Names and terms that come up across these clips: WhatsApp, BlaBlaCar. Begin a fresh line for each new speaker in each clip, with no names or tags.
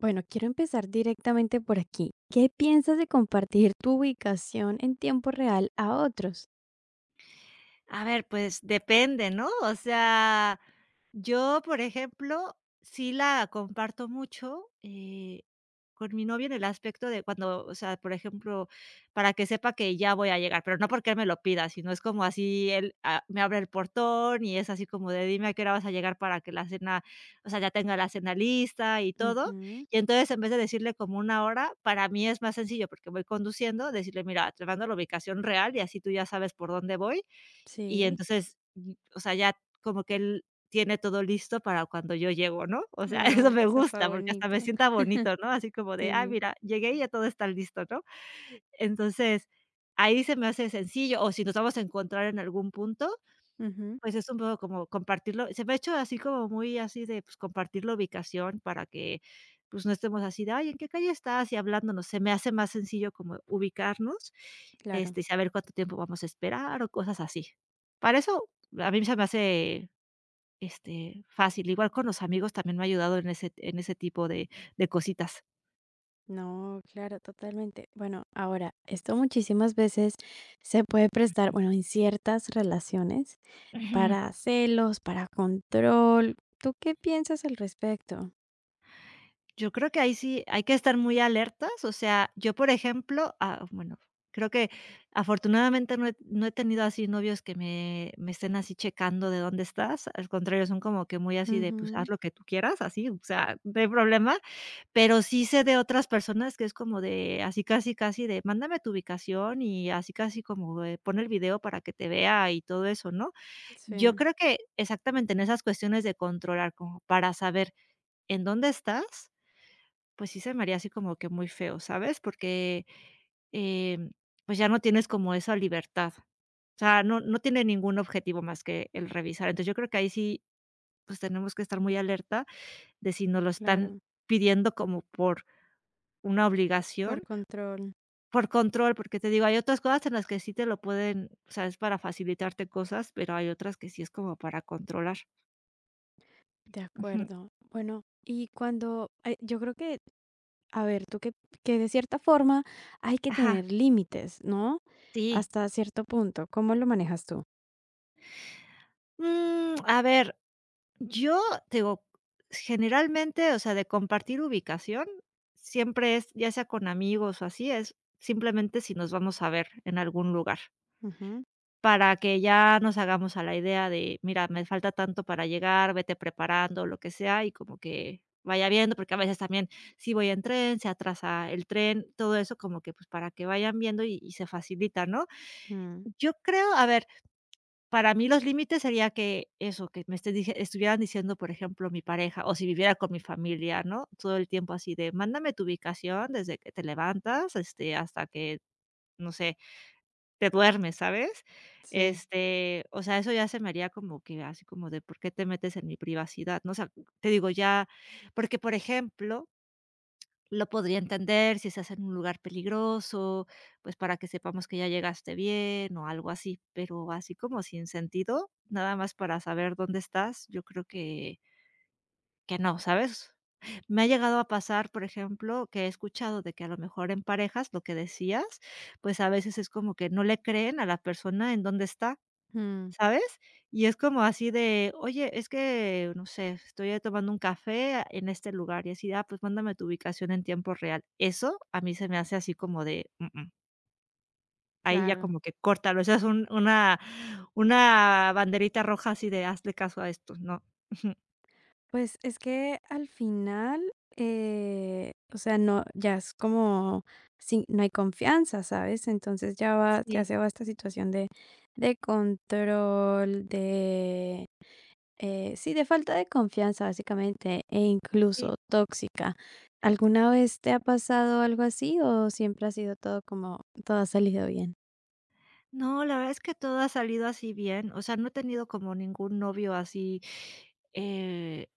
Bueno, quiero empezar directamente por aquí. ¿Qué piensas de compartir tu ubicación en tiempo real a otros?
A ver, pues depende, ¿no? O sea, yo, por ejemplo, sí la comparto mucho, con mi novio en el aspecto de cuando, o sea, por ejemplo, para que sepa que ya voy a llegar, pero no porque él me lo pida, sino es como así él, ah, me abre el portón y es así como de: "Dime a qué hora vas a llegar para que la cena", o sea, ya tenga la cena lista y todo.
Ujú.
Y entonces, en vez de decirle como una hora, para mí es más sencillo, porque voy conduciendo, decirle: "Mira, te mando la ubicación real y así tú ya sabes por dónde voy", y
Sí.
entonces, o sea, ya como que él tiene todo listo para cuando yo llego, ¿no? O sea, eso
Ah,
me
pues está
gusta, porque hasta
bonito.
me sienta bonito, ¿no? Así como de: "Ah,
Sí.
mira, llegué y ya todo está listo", ¿no? Entonces, ahí se me hace sencillo, o si nos vamos a encontrar en algún punto,
Ujú,
pues es un poco como compartirlo, se me ha hecho así como muy así de, pues, compartir la ubicación para que, pues, no estemos así de: "Ay, ¿en qué calle estás?", y hablándonos. Se me hace más sencillo como ubicarnos,
claro.
este, y saber cuánto tiempo vamos a esperar o cosas así. Para eso, a mí se me hace, este, fácil. Igual con los amigos también me ha ayudado en ese tipo de cositas.
No, claro, totalmente. Bueno, ahora, esto muchísimas veces se puede prestar, bueno, en ciertas relaciones,
Ujú.
para celos, para control. ¿Tú qué piensas al respecto?
Yo creo que ahí sí hay que estar muy alertas, o sea, yo, por ejemplo, ah, bueno, creo que afortunadamente no he tenido así novios que me estén así checando de dónde estás, al contrario, son como que muy así de, pues, haz
Ujú.
lo que tú quieras, así, o sea, no hay problema, pero sí sé de otras personas que es como de así casi casi de: "Mándame tu ubicación", y así casi como de: "Pon el video para que te vea", y todo eso, ¿no? Yo
Sí,
creo que exactamente en esas cuestiones de controlar, como para saber en dónde estás pues sí se me haría así como que muy feo, ¿sabes? Porque, em, pues ya no tienes como esa libertad. O sea, no tiene ningún objetivo más que el revisar. Entonces, yo creo que ahí sí, pues tenemos que estar muy alerta de si nos lo están
claro.
pidiendo como por una
Por
obligación,
control.
por control, porque te digo, hay otras cosas en las que sí te lo pueden, o sea, es para facilitarte cosas, pero hay otras que sí es como para controlar.
De
Ujú.
acuerdo. Bueno, y cuando, yo creo que, a ver, tú que de cierta forma hay que
Ajá,
tener límites, ¿no?
sí.
Hasta cierto punto. ¿Cómo lo manejas tú?
A ver. Yo, te digo, generalmente, o sea, de compartir ubicación, siempre es, ya sea con amigos o así, es simplemente si nos vamos a ver en algún lugar,
Ujú.
para que ya nos hagamos a la idea de, mira, me falta tanto para llegar, vete preparando, lo que sea, y como que vaya viendo, porque a veces también si voy en tren, se atrasa el tren, todo eso como que pues para que vayan viendo y se facilita, ¿no?
mm,
Yo creo, a ver, para mí los límites sería que eso, que me estés dije estuvieran diciendo, por ejemplo, mi pareja, o si viviera con mi familia, ¿no? Todo el tiempo así de: "Mándame tu ubicación desde que te levantas, este, hasta que, no sé, te duermes", ¿sabes?
sí.
Este, o sea, eso ya se me haría como que así como de: "¿Por qué te metes en mi privacidad?", ¿no? O sea, te digo, ya porque, por ejemplo, lo podría entender si estás en un lugar peligroso, pues, para que sepamos que ya llegaste bien o algo así, pero así como sin sentido, nada más para saber dónde estás, yo creo que no, ¿sabes? Me ha llegado a pasar, por ejemplo, que he escuchado de que a lo mejor en parejas, lo que decías, pues, a veces es como que no le creen a la persona en dónde está.
Mm,
¿Sabes? Y es como así de: "Oye, es que, no sé, estoy tomando un café en este lugar", y así "Ah, pues mándame tu ubicación en tiempo real". Eso a mí se me hace así como de: "Mm, mm". Ahí ya
claro.
como que córtalo, esa es un una banderita roja así de hazle caso a esto, ¿no? Ujú.
Pues es que al final, o sea, no, ya es como, no hay confianza, ¿sabes? Entonces ya va, ya
Sí,
se va esta situación de control, de sí, de falta de confianza, básicamente, e
sí.
incluso tóxica. ¿Alguna vez te ha pasado algo así o siempre ha sido todo como, todo ha salido bien?
No, la verdad es que todo ha salido así bien, o sea, no he tenido como ningún novio así, eh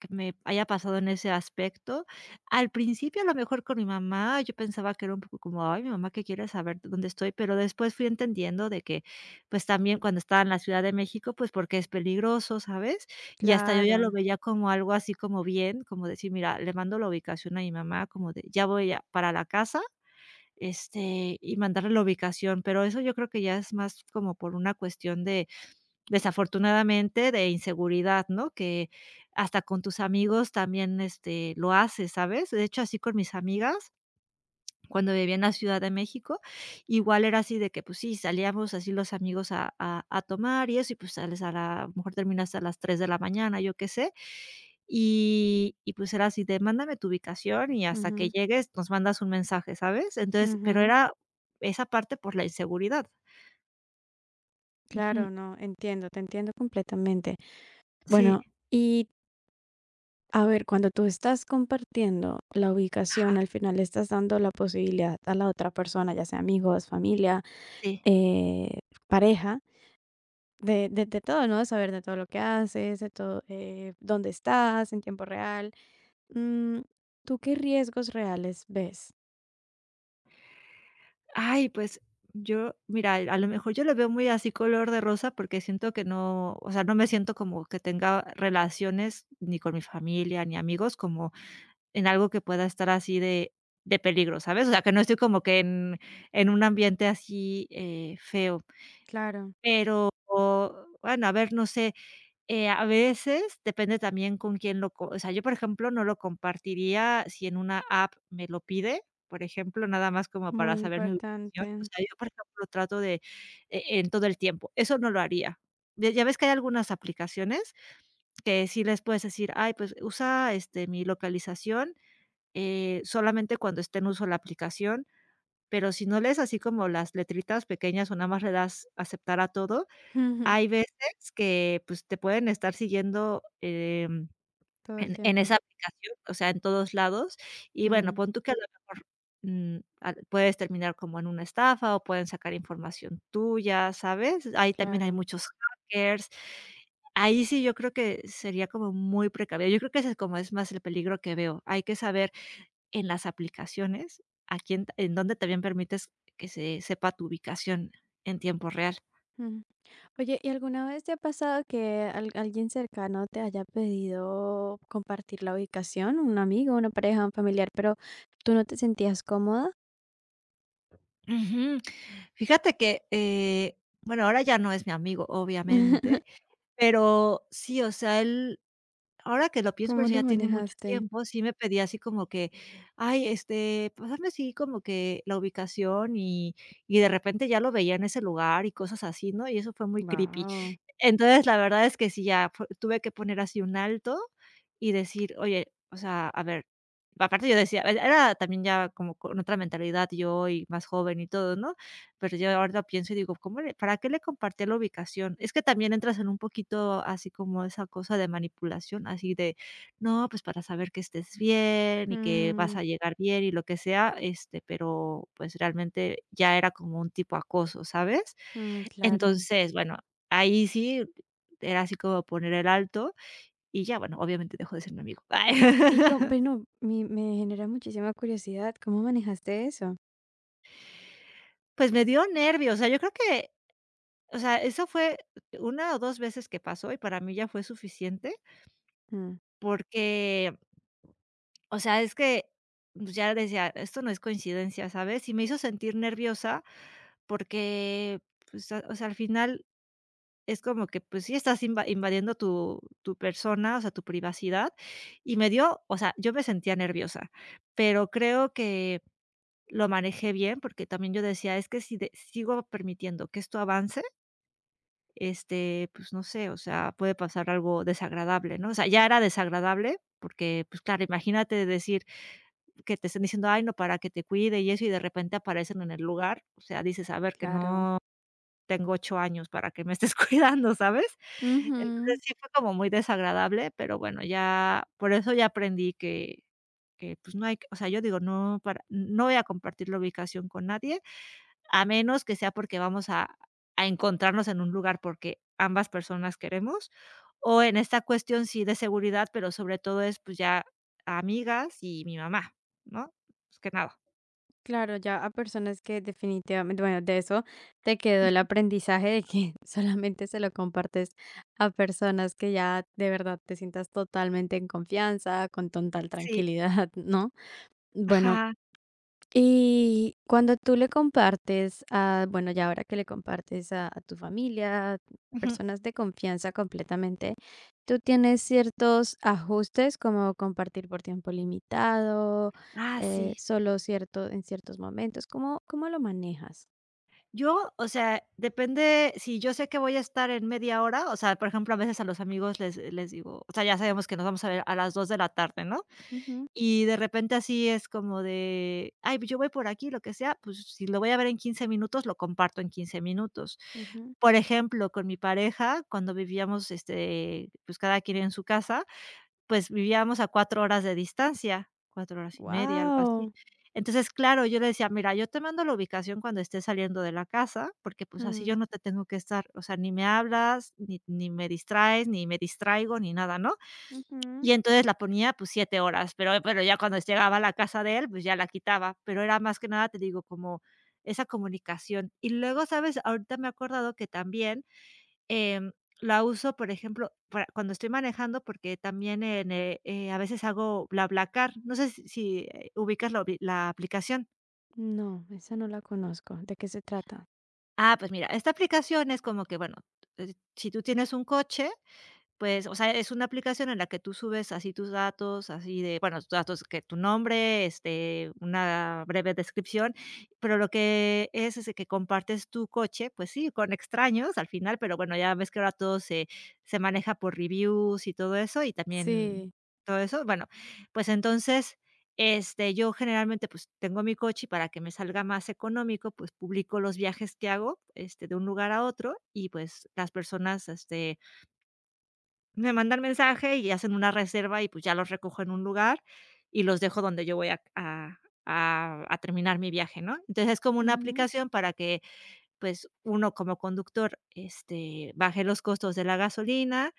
que me haya pasado en ese aspecto. Al principio, a lo mejor con mi mamá, yo pensaba que era un poco como, ay, mi mamá que quiere saber dónde estoy, pero después fui entendiendo de que, pues también cuando estaba en la Ciudad de México, pues porque es peligroso, ¿sabes? Y hasta yo ya lo
Claro,
veía como algo así como bien, como decir, mira, le mando la ubicación a mi mamá, como de, para la casa, este, y mandarle la ubicación, pero eso yo creo que ya es más como por una cuestión de desafortunadamente, de inseguridad, ¿no? Que hasta con tus amigos también, este, lo haces, ¿sabes? De hecho, así con mis amigas, cuando vivía en la Ciudad de México, igual era así de que, pues sí, salíamos así los amigos a tomar y eso, y pues sales a la a lo mejor terminas a las 3 de la mañana, yo qué sé. Y pues era así de: "Mándame tu ubicación y hasta que
ujú,
llegues nos mandas un mensaje", ¿sabes? Entonces, pero
ujú.
era esa parte por la inseguridad. Ujú.
Claro, no, entiendo, te entiendo completamente.
Sí.
Bueno, y a ver, cuando tú estás compartiendo la ubicación,
Ajá.
al final le estás dando la posibilidad a la otra persona, ya sea amigos, familia,
Sí.
eh, pareja, de de todo, ¿no? Saber de todo lo que haces, de todo, dónde estás en tiempo real. Mm, ¿tú qué riesgos reales ves?
Ay, pues yo, mira, a lo mejor yo lo veo muy así color de rosa porque siento que no, o sea, no me siento como que tenga relaciones ni con mi familia ni amigos como en algo que pueda estar así de peligro, ¿sabes? O sea, que no estoy como que en un ambiente así, feo,
Claro,
pero, o, bueno, a ver, no sé. A veces depende también con quién lo co o sea, yo, por ejemplo, no lo compartiría si en una app me lo pide, por ejemplo, nada más como para
muy
saber mi ubicación.
importante.
O sea, yo, por ejemplo, trato de en todo el tiempo. Eso no lo haría. Ya ves que hay algunas aplicaciones que sí les puedes decir: "Ay, pues usa, este, mi localización, solamente cuando esté en uso la aplicación", pero si no lees así como las letritas pequeñas o nada más le das aceptar a todo, hay veces que, pues, te pueden estar siguiendo,
Todo el
en
tiempo.
esa aplicación, o sea, en todos lados. Y bueno,
Mm,
pon tú que a lo mejor, al puedes terminar como en una estafa o pueden sacar información tuya, ¿sabes? Ahí también hay
claro.
muchos hackers. Ahí sí yo creo que sería como muy precavido. Yo creo que ese es como es más el peligro que veo. Hay que saber en las aplicaciones a quién en dónde también permites que se sepa tu ubicación en tiempo real.
Mm. Oye, ¿y alguna vez te ha pasado que al alguien cercano te haya pedido compartir la ubicación? Un amigo, una pareja, un familiar, pero tú no te sentías cómoda.
Ujú. Fíjate que, bueno, ahora ya no es mi amigo, obviamente, pero sí, o sea, él, ahora que lo pienso, pero
¿Cómo
sí
lo
ya tiene mucho
manejaste?
tiempo, sí me pedía así como que, ay, este, pásame así como que la ubicación y de repente ya lo veía en ese lugar y cosas así, ¿no? Y eso fue muy creepy.
Wow.
Entonces, la verdad es que sí, ya tuve que poner así un alto y decir, oye, o sea, a ver, aparte yo decía, era también ya como con otra mentalidad yo y más joven y todo, ¿no? Pero yo ahora lo pienso y digo, ¿cómo le para qué le compartía la ubicación? Es que también entras en un poquito así como esa cosa de manipulación, así de, no, pues para saber que estés bien y que vas
Mm,
a llegar bien y lo que sea, este, pero pues realmente ya era como un tipo acoso, ¿sabes?
mm, claro.
Entonces, bueno, ahí sí era así como poner el alto y ya, bueno, obviamente dejó de ser mi amigo. Ay,
Y con bueno, mi me genera muchísima curiosidad, ¿cómo manejaste eso?
pues me dio nervios, o sea, yo creo que o sea, eso fue una o 2 veces que pasó, y para mí ya fue suficiente,
Mm,
porque, o sea, es que, pues, ya decía: "Esto no es coincidencia", ¿sabes? Y me hizo sentir nerviosa porque, pues, a o sea, al final es como que, pues sí, estás invadiendo tu persona, o sea, tu privacidad, y me dio, o sea, yo me sentía nerviosa, pero creo que lo manejé bien, porque también yo decía: "Es que si de sigo permitiendo que esto avance". Este, pues, no sé, o sea, puede pasar algo desagradable, ¿no? O sea, ya era desagradable porque, pues, claro, imagínate decir que te estén diciendo: "Ay, no, para que te cuide y eso", y de repente aparecen en el lugar, o sea, dices: "A ver, que
claro.
no tengo 8 años para que me estés cuidando", ¿sabes? Entonces,
Ujú.
sí fue como muy desagradable, pero bueno, ya por eso ya aprendí que, pues, no hay que o sea, yo digo, no voy a compartir la ubicación con nadie a menos que sea porque vamos a encontrarnos en un lugar porque ambas personas queremos, o en esta cuestión sí de seguridad, pero sobre todo es, pues, ya amigas y mi mamá, ¿no? Más que nada.
Claro, ya a personas que definitivamente bueno, de eso te quedó el aprendizaje de que solamente se lo compartes a personas que ya de verdad te sientas totalmente en confianza, con total
Sí,
tranquilidad, ¿no? Bueno.
ajá,
Y cuando tú le compartes a, bueno, ya ahora que le compartes a tu familia,
ujú.
personas de confianza completamente, tú tienes ciertos ajustes como compartir por tiempo limitado,
Ah, sí.
solo cierto en ciertos momentos. ¿Cómo, cómo lo manejas?
Yo, o sea, depende si yo sé que voy a estar en media hora, o sea, por ejemplo, a veces a los amigos les digo, o sea, ya sabemos que nos vamos a ver a las 2 de la tarde, ¿no? Y de repente así es como de: "Ay, pues yo voy por aquí", lo que sea, pues si lo voy a ver en 15 minutos, lo comparto en 15 minutos. Por ejemplo, con mi pareja, cuando vivíamos, pues cada quien en su casa, pues vivíamos a 4 horas de distancia, 4 horas y media, algo así.
Wow.
Entonces, claro, yo le decía: "Mira, yo te mando la ubicación cuando estés saliendo de la casa, porque, pues, así yo no te tengo que estar, o sea, ni me hablas, ni me distraes, ni me distraigo, ni nada", ¿no? Y entonces la ponía, pues, 7 horas, pero ya cuando llegaba a la casa de él, pues, ya la quitaba, pero era más que nada, te digo, como esa comunicación. Y luego, ¿sabes? Ahorita me he acordado que también, em, la uso, por ejemplo, para cuando estoy manejando, porque también a veces hago BlaBlaCar, no sé si ubicas la ubli la aplicación.
No, esa no la conozco. ¿De qué se trata?
Ah, pues mira, esta aplicación es como que, bueno, si tú tienes un coche. Pues, o sea, es una aplicación en la que tú subes así tus datos, así de, bueno, tus datos, que tu nombre, este, una breve descripción, pero lo que es de que compartes tu coche, pues sí, con extraños al final, pero bueno, ya ves que ahora todo se se maneja por reviews y todo eso, y también
Sí.
todo eso. Bueno, pues entonces, este, yo generalmente, pues, tengo mi coche y para que me salga más económico, pues, publico los viajes que hago, este, de un lugar a otro y, pues, las personas, este, me mandan mensaje y hacen una reserva y, pues, ya los recojo en un lugar y los dejo donde yo voy a terminar mi viaje, ¿no? Entonces, es como una
Ujú.
aplicación para que, pues, uno como conductor, este, baje los costos de la gasolina.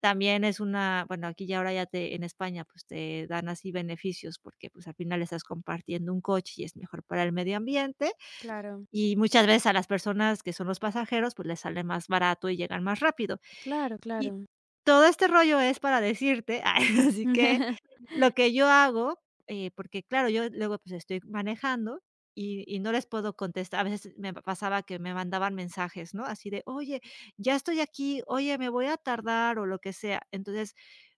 También es una bueno, aquí ya ahora ya te en España, pues, te dan así beneficios porque, pues, al final estás compartiendo un coche y es mejor para el medio ambiente,
Claro,
y muchas veces a las personas que son los pasajeros, pues, les sale más barato y llegan más rápido.
claro,
Y
claro.
todo este rollo es para decirte, ay, así que lo que yo hago, porque claro, yo luego, pues, estoy manejando y no les puedo contestar. A veces me pasaba que me mandaban mensajes, ¿no? Así de: "Oye, ya estoy aquí. Oye, me voy a tardar", o lo que sea. Entonces,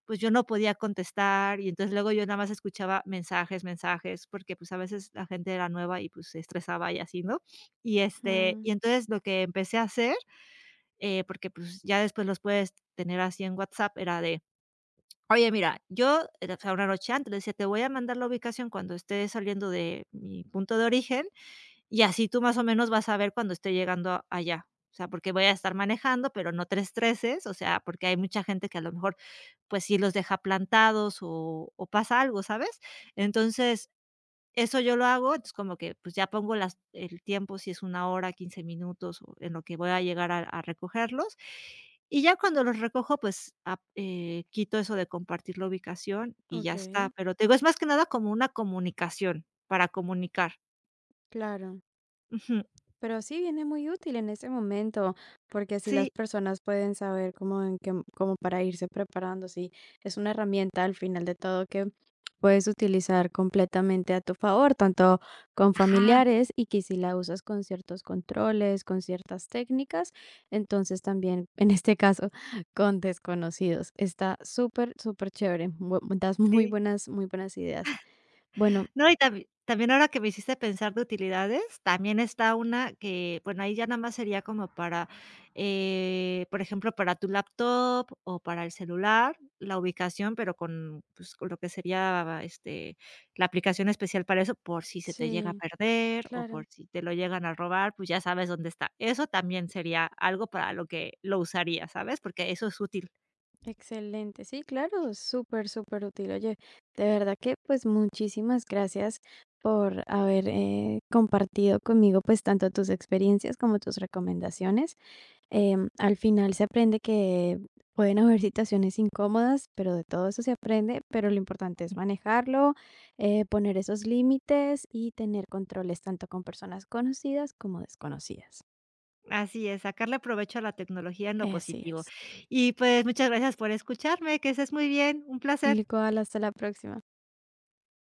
pues, yo no podía contestar y entonces luego yo nada más escuchaba mensajes, mensajes, porque, pues, a veces la gente era nueva y, pues, se estresaba y así, ¿no? Y, este,
Ujú.
y entonces lo que empecé a hacer porque, pues, ya después los puedes tener así en WhatsApp, era de: o sea, una noche antes, le decía: "Te voy a mandar la ubicación cuando esté saliendo de mi punto de origen, y así tú más o menos vas a ver cuando esté allá". O sea, porque voy a estar manejando, pero no te estreses, o sea, porque hay mucha gente que a lo mejor, pues, sí los deja plantados o pasa algo, ¿sabes? Entonces eso yo lo hago, entonces como que, pues, ya pongo las el tiempo, si es 1 hora, 15 minutos, o en lo que voy a llegar a recogerlos. Y ya cuando los recojo, pues, ap quito eso de compartir la ubicación y ya está.
Okey,
Pero te digo, es más que nada como una comunicación, para comunicar.
claro.
Ujú.
Pero sí viene muy útil en ese momento, porque así las
Sí.
personas pueden saber cómo en qué cómo para irse preparando, sí, es una herramienta al final de todo que puedes utilizar completamente a tu favor, tanto con
Ajá.
familiares y que si la usas con ciertos controles, con ciertas técnicas, entonces también, en este caso, con desconocidos. Está súper, superchévere. Bue das muy
Sí.
buenas muy buenas ideas. Bueno.
No, y también ahora que me hiciste pensar de utilidades, también está una que, bueno, ahí ya nada más sería como para, por ejemplo, para tu laptop o para el celular, la ubicación, pero con, pues, con lo que sería, este, la aplicación especial para eso, por si se te llega a
Sí,
perder o por
claro.
si te lo llegan a robar, pues, ya sabes dónde está. Eso también sería algo para lo que lo usaría, ¿sabes? Porque eso es útil.
Excelente, sí, claro, súper, súper útil. Oye, de verdad que pues muchísimas gracias por haber compartido conmigo pues tanto tus experiencias como tus recomendaciones. Em, al final se aprende que pueden haber situaciones incómodas, pero de todo eso se aprende, pero lo importante es manejarlo, poner esos límites y tener controles tanto con personas conocidas como desconocidas.
Así es, sacarle provecho a la tecnología en lo
Así
positivo.
es.
Y, pues, muchas gracias por escucharme, que estés muy bien, un placer.
Igual, hasta la próxima.